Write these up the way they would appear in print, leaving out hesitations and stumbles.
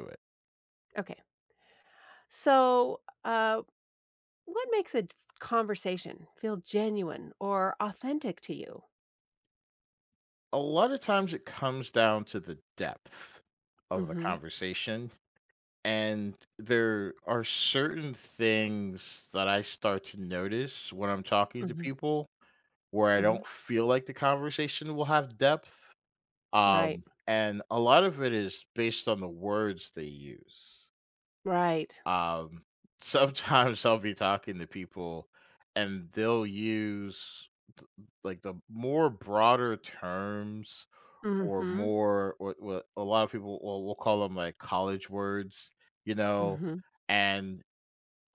To it. Okay. So, what makes a conversation feel genuine or authentic to you? A lot of times it comes down to the depth of the Mm-hmm. conversation. And there are certain things that I start to notice when I'm talking to Mm-hmm. people where I Mm-hmm. don't feel like the conversation will have depth. Right. And a lot of it is based on the words they use. Right. Um, Sometimes I'll be talking to people and they'll use like the more broader terms or Mm-hmm. more what a lot of people will we'll call them like college words, you know, Mm-hmm. and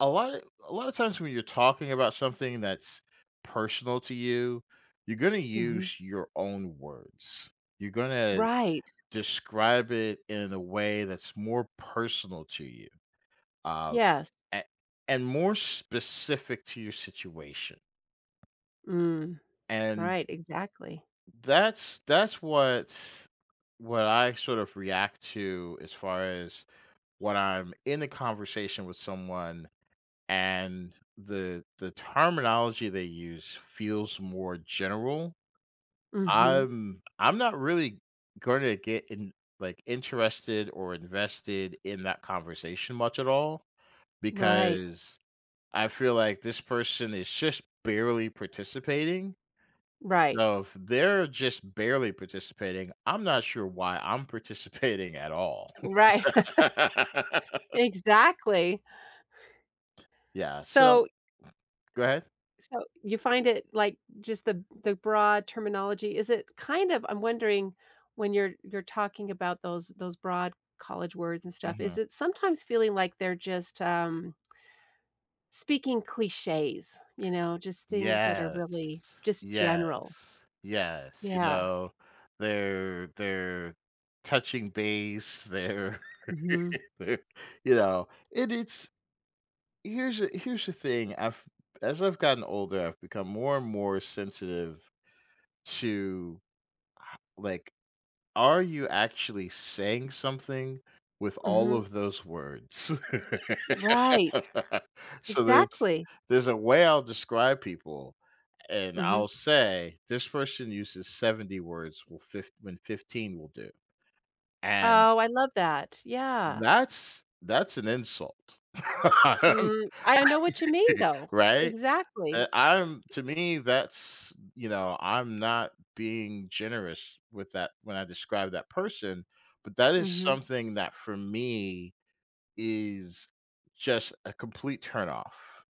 a lot of a lot of times when you're talking about something that's personal to you, you're gonna Mm-hmm. use your own words. You're gonna Right. describe it in a way that's more personal to you, uh, Yes. a- and more specific to your situation. Mm. And Right. Exactly. that's what I sort of react to as far as when I'm in a conversation with someone and the terminology they use feels more general. Mm-hmm. I'm not really going to get in like interested or invested in that conversation much at all Right. because I feel like this person is just barely participating. Right. So if they're just barely participating, I'm not sure why I'm participating at all. Right. Exactly. Yeah. So So, go ahead. So, you find it, like, just the broad terminology, is it kind of, I'm wondering, when you're talking about those broad college words and stuff, Mm-hmm. is it sometimes feeling like they're just, speaking cliches, just things that are really Yes. just Yes. general? Yes, you Yeah. know, they're touching base, they're Mhm. they're you know, and it's here's the thing, I've as I've gotten older, I've become more and more sensitive to, like, are you actually saying something with all Mhm. of those words? Right. So Exactly. there's a way I'll describe people. And Mhm. I'll say, "This person uses 70 words will fif when 15 will do." And Oh, I love that. Yeah. that's an insult. I I know what you mean, mean, though. right? Exactly. I'm To me, that's you know, I'm not being generous with that when I describe that person, but that is Mhm. something that for me is just a complete turn-off.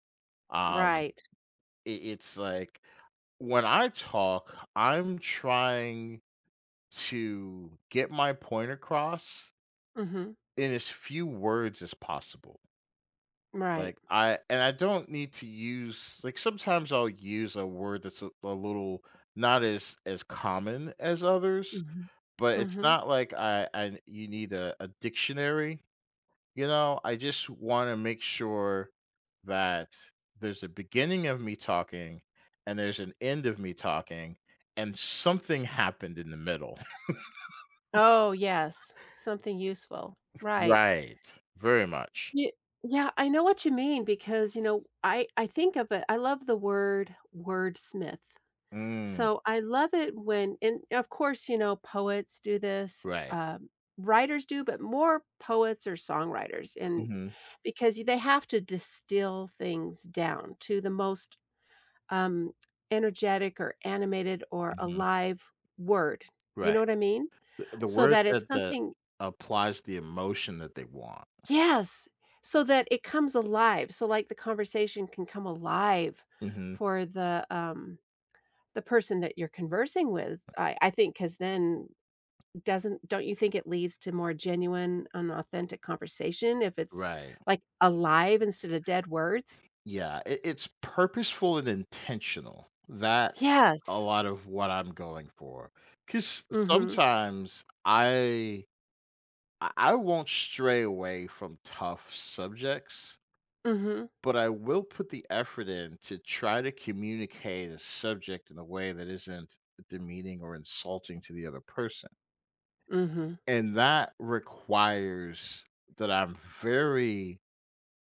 Um, Right. I It's like, when I talk, I'm trying to get my point across Mhm. in as few words as possible. Right. I don't need to use like sometimes I'll use a word that's a little not as common as others, Mhm. but it's Mhm. not like I you need a dictionary, you know? I just want to make sure that there's a beginning of me talking and there's an end of me talking and something happened in the middle. Oh, yes, something useful, right. Right. Very much. Ye yeah, I know what you mean because, I think of it. I love the word wordsmith. Mm, So, I love it when and, of course, poets do this, right. Writers do, but more poets or songwriters and Mhm, because they have to distill things down to the most, um, energetic or animated or mhm, alive word, you right. know what I mean? The So word that it's that that something. applies the emotion that they want. Yes, so that it comes alive, so, like, the conversation can come alive Mhm, for the person that you're conversing with, I think because then doesn't don't you think it leads to more genuine and authentic conversation if it's, right. like, alive instead of dead words? Yeah, it it's purposeful and intentional. That's a Yes. lot of what I'm going for. Because Mhm, sometimes I won't stray away from tough subjects, mhm, but I will put the effort in to try to communicate a subject in a way that isn't demeaning or insulting to the other person. mhm, And that requires that I'm very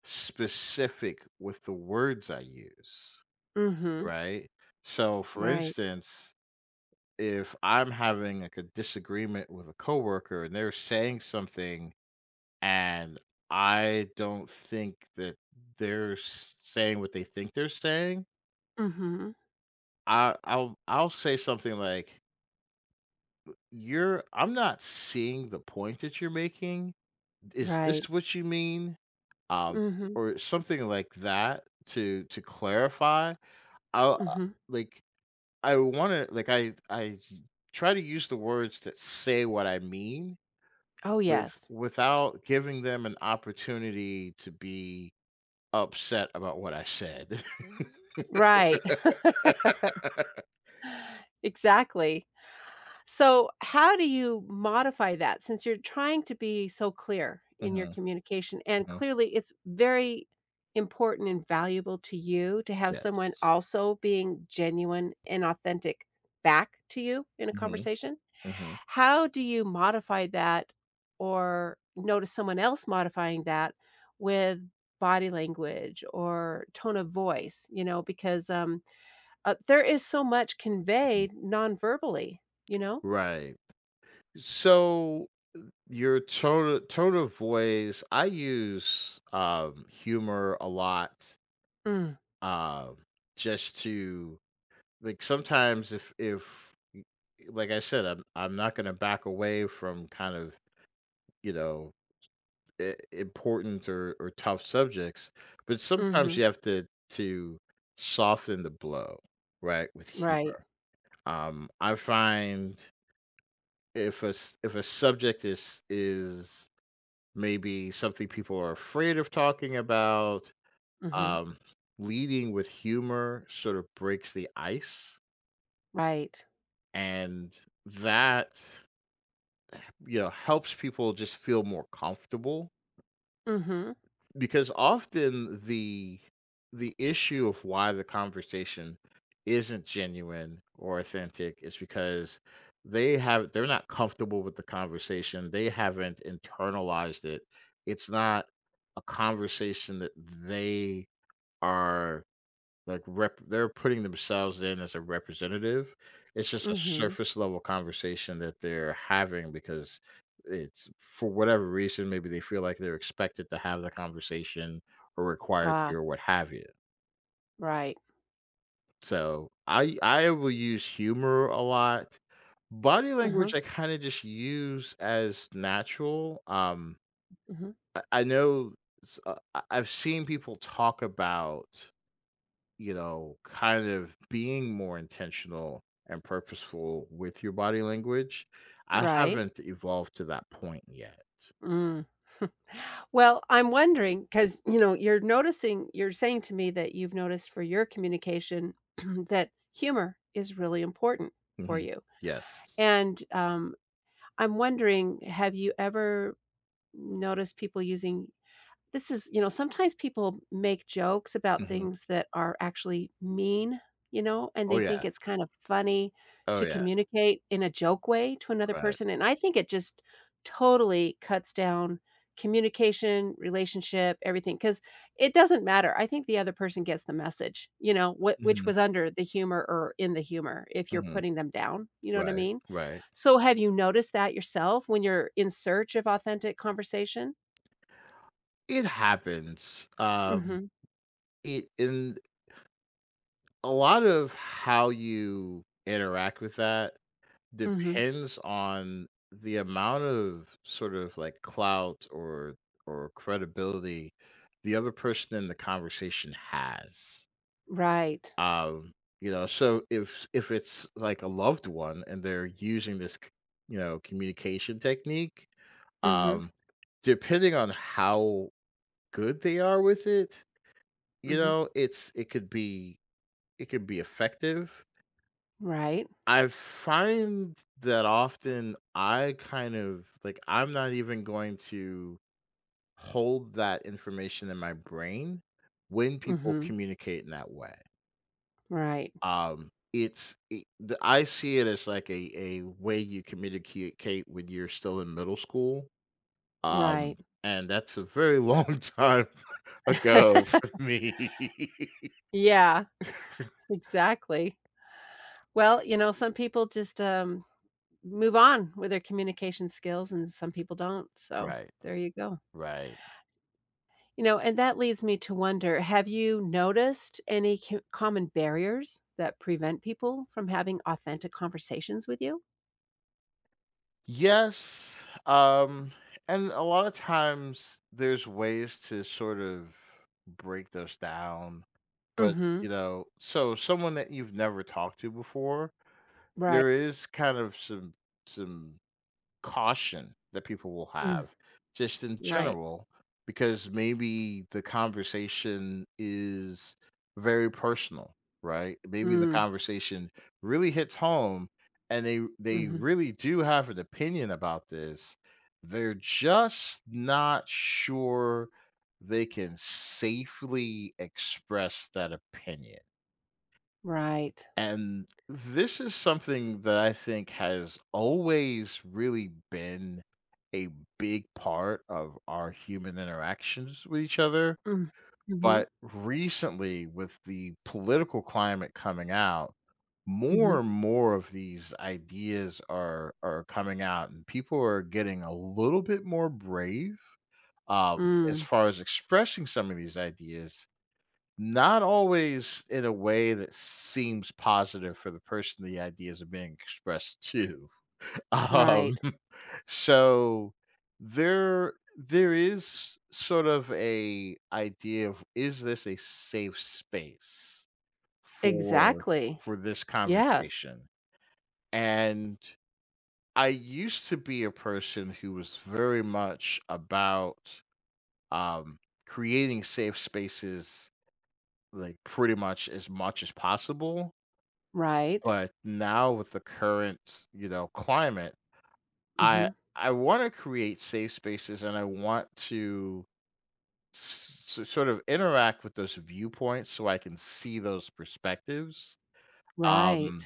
specific with the words I use, mhm, right? So, for right. instance, if I'm having like a disagreement with a coworker and they're saying something and I don't think that saying what they think they're saying, Mhm, I'll say something like, "You're I'm not seeing the point that you're making. Is right. this what you mean?" um, Mhm, or something like that to clarify. I'll uh, mhm. like I want to like I try to use the words that say what I mean Oh, yes. without giving them an opportunity to be upset about what I said. Right. Exactly. So, how do you modify that since you're trying to be so clear in your Mhm, communication? And mhm, clearly, it's very important and valuable to you to have yes. someone also being genuine and authentic back to you in a Hmm, conversation. hmm. How do you modify that or notice someone else modifying that with body language or tone of voice, because there is so much conveyed non-verbally you know Right. So your tone of voice, I use humor a lot Mm, um just to like sometimes if I said I'm not going to back away from kind of you know important or tough subjects but sometimes mhm, you have to to soften the blow right with right, humor. I find if if a subject is maybe something people are afraid of talking about. mhm, um Leading with humor sort of breaks the ice right, and that you know helps people just feel more comfortable mhm, because often the issue of why the conversation isn't genuine or authentic is because they're not comfortable with the conversation, they haven't internalized it, it's not a conversation that they are. Like, rep they're putting themselves in as a representative. It's just a mhm, surface level conversation that they're having because it's for whatever reason, maybe they feel like they're expected to have the conversation or required to ah, or what have you. right, So, I will use humor a lot. Body language, mhm, I kinda just use as natural. Mhm, I know s I I've seen people talk about you know, kind of being more intentional and purposeful with your body language. I right, haven't evolved to that point yet. mm. Well, I'm wondering because you're noticing you're saying to me that you've noticed for your communication that humor is really important for Mhm. you, Yes. and, I'm wondering, have you ever noticed people using. This is, sometimes people make jokes about Mhm. things that are actually mean, and Oh, they yeah. think it's kind of funny Oh, to yeah. communicate in a joke way to another Right. person, and I think it just totally cuts down communication, relationship, everything, because it doesn't matter. I think the other person gets the message, what which Mhm. was under the humor or in the humor if you're Mhm. putting them down, you know what I Right. mean? Right. So, have you noticed that yourself when you're in search of authentic conversation? It happens. Mhm, It in a lot of how you interact with that mhm. depends on the amount of sort of like clout or credibility the other person in the conversation has. Right. Um, you know, so if it's like a loved one and they're using this, you know, communication technique, Mhm, um, depending on how good they are with it, you mhm. know, it could be effective. Right. I find that often I kind of like I'm not even going to hold that information in my brain when people Mhm. communicate in that way. Right. It's I see it as like a way you communicate when you're still in middle school. Um, Right. and that's a very long time ago for me. Yeah, exactly. Well, some people just, move on with their communication skills and some people don't, so right, there you go. right. And that leads me to wonder, have you noticed any co common barriers that prevent people from having authentic conversations with you? Yes, and a lot of times there's ways to sort of break those down, but, Mhm. you know so someone that you've never talked to before, Right. there is kind of some caution that people will Mm. have just in Right. general because maybe the conversation is very personal, right? Maybe the Mm. conversation really hits home and they Mhm. really do have an opinion about this. They're just not sure they can safely express that opinion. Right. And this is something that I think has always really been a big part of our human interactions with each other. Mm. Mhm. But recently, with the political climate coming out, Mhm. more and more of these ideas are coming out, and people are getting a little bit more brave, um, as Mm. far as expressing some of these ideas not always in a way that seems positive for the person the ideas are being expressed to. Um, Right. so there is sort of a idea of is this a safe space for Exactly. for this Yes. conversation? And I used to be a person who was very much about um, creating safe spaces like pretty much as possible. Right. But now with the current, you know, climate, I Mhm. I want to create safe spaces and I want to sort of interact with those viewpoints so I can see those perspectives. Right. Um,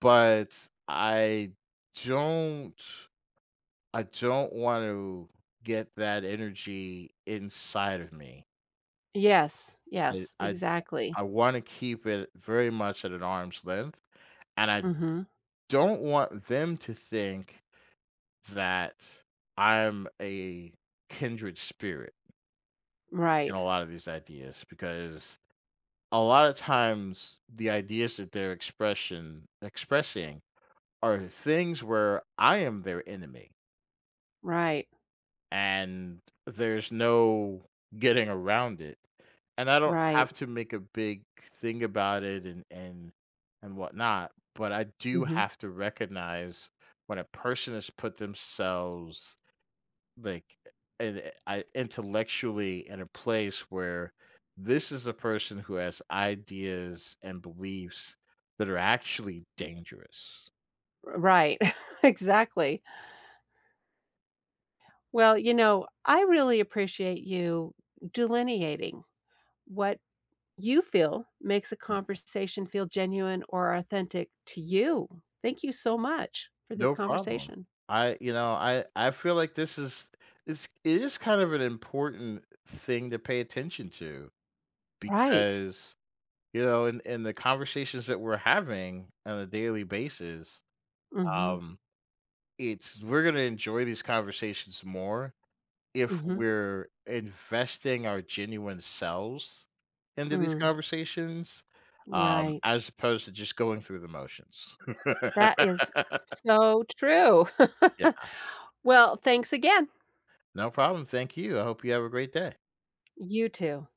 but don't I don't want to get that energy inside of me. Yes. I Yes. I Exactly. I want to keep it very much at an arm's length and I Mhm. don't want them to think that I'm a kindred spirit in a Right. lot of these ideas because a lot of times the ideas that they're expression expressing are things where I am their enemy Right. and there's no getting around it. And I don't Right. have to make a big thing about it and whatnot, but I do Mhm. have to recognize when a person has put themselves like, and I intellectually in a place where this is a person who has ideas and beliefs that are actually dangerous. Right. Exactly. Well, I really appreciate you delineating what you feel makes a conversation feel genuine or authentic to you. Thank you so much for this No problem. conversation. You know, I feel like this is this it is kind of an important thing to pay attention to Right. because you know, in the conversations that we're having on a daily basis, Mhm. um, it's we're gonna enjoy these conversations more if Mhm. we're investing our genuine selves into these Mm. conversations, Right. as opposed to just going through the motions. That is so true. Yeah, Well, thanks again. no problem. Thank you. I hope you have a great day. You too.